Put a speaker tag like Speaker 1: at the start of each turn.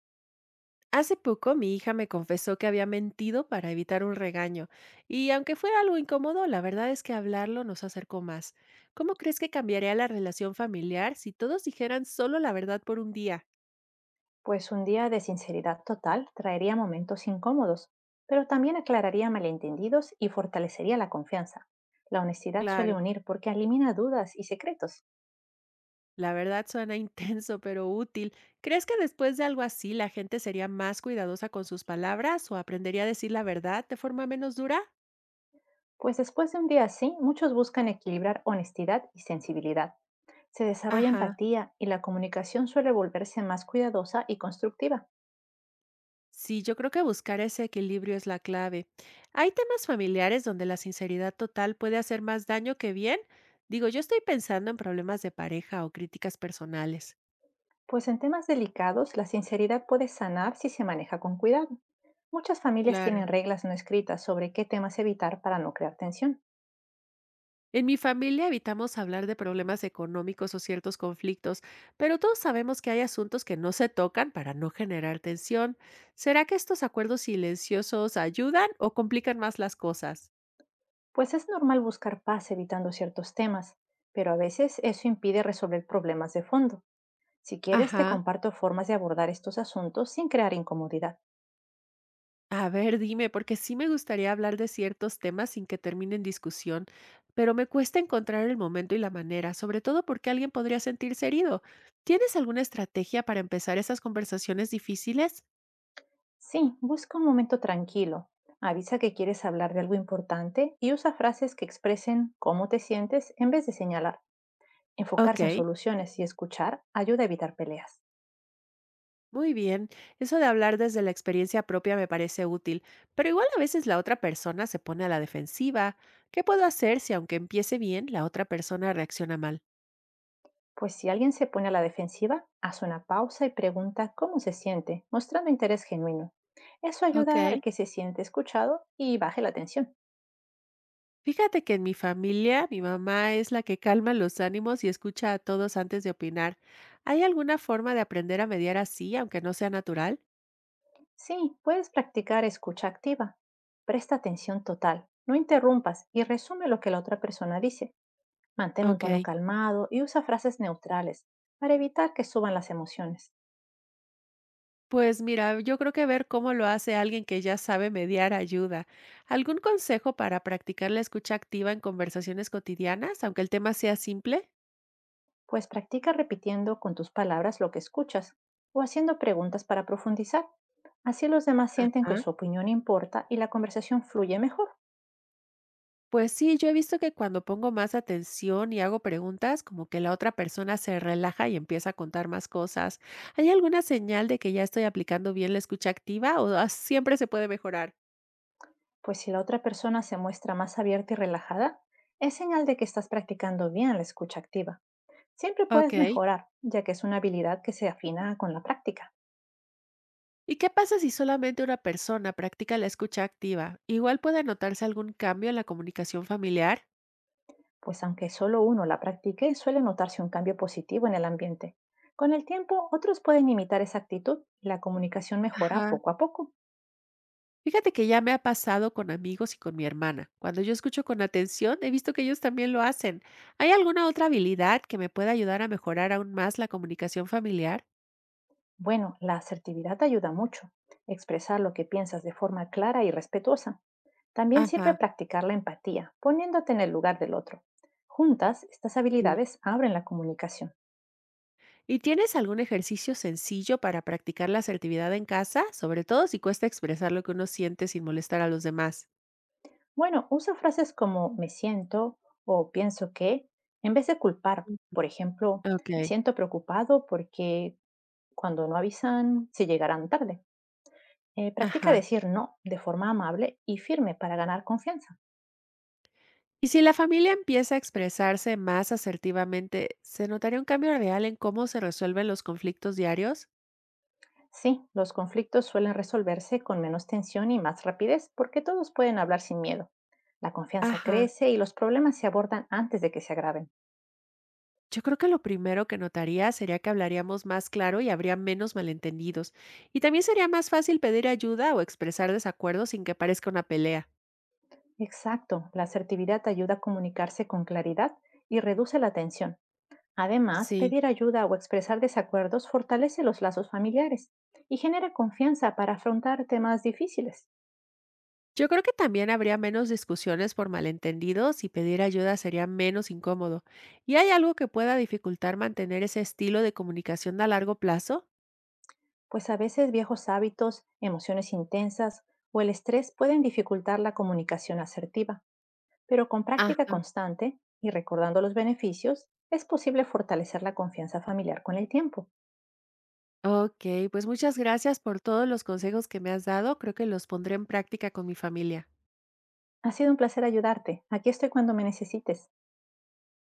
Speaker 1: Hace poco mi hija me confesó que había mentido para evitar un regaño, y aunque fue algo incómodo, la verdad es que hablarlo nos acercó más. ¿Cómo crees que cambiaría la relación familiar si todos dijeran solo la verdad por un día?
Speaker 2: Pues un día de sinceridad total traería momentos incómodos, pero también aclararía malentendidos y fortalecería la confianza. La honestidad suele
Speaker 1: Claro,
Speaker 2: unir porque elimina dudas y secretos,
Speaker 1: la verdad suena intenso, pero útil. ¿Crees que después de algo así la gente sería más cuidadosa con sus palabras o aprendería a decir la verdad de forma menos dura?
Speaker 2: pues después de un día así muchos buscan equilibrar honestidad y sensibilidad. Se desarrolla
Speaker 1: Ajá.
Speaker 2: empatía y la comunicación suele volverse más cuidadosa y constructiva,
Speaker 1: Sí, yo creo que buscar ese equilibrio es la clave. Hay temas familiares donde la sinceridad total puede hacer más daño que bien. Digo, yo estoy pensando en problemas de pareja o críticas personales.
Speaker 2: pues en temas delicados la sinceridad puede sanar si se maneja con cuidado. Muchas familias
Speaker 1: Claro.
Speaker 2: tienen reglas no escritas sobre qué temas evitar para no crear tensión.
Speaker 1: En mi familia evitamos hablar de problemas económicos o ciertos conflictos, pero todos sabemos que hay asuntos que no se tocan para no generar tensión. ¿Será que estos acuerdos silenciosos ayudan o complican más las cosas?
Speaker 2: Pues es normal buscar paz evitando ciertos temas, pero a veces eso impide resolver problemas de fondo. Si quieres, te
Speaker 1: Ajá.
Speaker 2: comparto formas de abordar estos asuntos sin crear incomodidad.
Speaker 1: A ver, dime, porque sí me gustaría hablar de ciertos temas sin que termine en discusión, pero me cuesta encontrar el momento y la manera, sobre todo porque alguien podría sentirse herido. ¿Tienes alguna estrategia para empezar esas conversaciones difíciles?
Speaker 2: Sí, busca un momento tranquilo. Avisa que quieres hablar de algo importante y usa frases que expresen cómo te sientes en vez de señalar. Enfocarse en
Speaker 1: Ok,
Speaker 2: soluciones y escuchar ayuda a evitar peleas.
Speaker 1: muy bien. Eso de hablar desde la experiencia propia me parece útil, pero igual a veces la otra persona se pone a la defensiva. ¿Qué puedo hacer si aunque empiece bien, la otra persona reacciona mal?
Speaker 2: Pues si alguien se pone a la defensiva, haz una pausa y pregunta cómo se siente, mostrando interés genuino. Eso ayuda
Speaker 1: Ok.
Speaker 2: a que se siente escuchado y baje la tensión.
Speaker 1: Fíjate que en mi familia, mi mamá es la que calma los ánimos y escucha a todos antes de opinar. ¿Hay alguna forma de aprender a mediar así, aunque no sea natural?
Speaker 2: Sí, puedes practicar escucha activa. Presta atención total, no interrumpas y resume lo que la otra persona dice. Mantén un
Speaker 1: Ok,
Speaker 2: tono calmado y usa frases neutrales para evitar que suban las emociones.
Speaker 1: pues mira, yo creo que ver cómo lo hace alguien que ya sabe mediar ayuda. ¿Algún consejo para practicar la escucha activa en conversaciones cotidianas, aunque el tema sea simple?
Speaker 2: Pues practica repitiendo con tus palabras lo que escuchas o haciendo preguntas para profundizar. Así los demás sienten que su opinión importa y la conversación fluye mejor,
Speaker 1: Pues sí, yo he visto que cuando pongo más atención y hago preguntas, como que la otra persona se relaja y empieza a contar más cosas. ¿Hay alguna señal de que ya estoy aplicando bien la escucha activa o siempre se puede mejorar?
Speaker 2: pues si la otra persona se muestra más abierta y relajada, es señal de que estás practicando bien la escucha activa. Siempre puedes
Speaker 1: Ok.
Speaker 2: mejorar, ya que es una habilidad que se afina con la práctica,
Speaker 1: ¿Y qué pasa si solamente una persona practica la escucha activa? ¿Igual puede notarse algún cambio en la comunicación familiar?
Speaker 2: pues aunque solo uno la practique, suele notarse un cambio positivo en el ambiente. Con el tiempo, otros pueden imitar esa actitud y la comunicación mejora
Speaker 1: Ajá.
Speaker 2: poco a poco.
Speaker 1: Fíjate que ya me ha pasado con amigos y con mi hermana. Cuando yo escucho con atención, he visto que ellos también lo hacen. ¿Hay alguna otra habilidad que me pueda ayudar a mejorar aún más la comunicación familiar?
Speaker 2: Bueno, la asertividad ayuda mucho. Expresar lo que piensas de forma clara y respetuosa. También sirve
Speaker 1: Ajá,
Speaker 2: practicar la empatía, poniéndote en el lugar del otro. Juntas, estas
Speaker 1: sí.
Speaker 2: habilidades abren la comunicación.
Speaker 1: ¿Y tienes algún ejercicio sencillo para practicar la asertividad en casa? Sobre todo si cuesta expresar lo que uno siente sin molestar a los demás.
Speaker 2: Bueno, usa frases como me siento o pienso que, en vez de culpar.
Speaker 1: Mm,
Speaker 2: Por ejemplo,
Speaker 1: ok,
Speaker 2: me siento preocupado porque cuando no avisan se llegarán tarde. Practica
Speaker 1: ajá.
Speaker 2: decir no de forma amable y firme para ganar confianza.
Speaker 1: Y si la familia empieza a expresarse más asertivamente, ¿se notaría un cambio real en cómo se resuelven los conflictos diarios?
Speaker 2: Sí, los conflictos suelen resolverse con menos tensión y más rapidez porque todos pueden hablar sin miedo. La confianza
Speaker 1: Ajá.
Speaker 2: crece y los problemas se abordan antes de que se agraven.
Speaker 1: Yo creo que lo primero que notaría sería que hablaríamos más claro y habría menos malentendidos. Y también sería más fácil pedir ayuda o expresar desacuerdos sin que parezca una pelea.
Speaker 2: Exacto, la asertividad ayuda a comunicarse con claridad y reduce la tensión. Además,
Speaker 1: Sí,
Speaker 2: pedir ayuda o expresar desacuerdos fortalece los lazos familiares y genera confianza para afrontar temas difíciles,
Speaker 1: yo creo que también habría menos discusiones por malentendidos y pedir ayuda sería menos incómodo. ¿Y hay algo que pueda dificultar mantener ese estilo de comunicación a largo plazo?
Speaker 2: pues a veces viejos hábitos, emociones intensas o el estrés pueden dificultar la comunicación asertiva. Pero con práctica
Speaker 1: Ajá.
Speaker 2: constante y recordando los beneficios, es posible fortalecer la confianza familiar con el tiempo.
Speaker 1: Ok, pues muchas gracias por todos los consejos que me has dado. Creo que los pondré en práctica con mi familia.
Speaker 2: Ha sido un placer ayudarte. Aquí estoy cuando me necesites.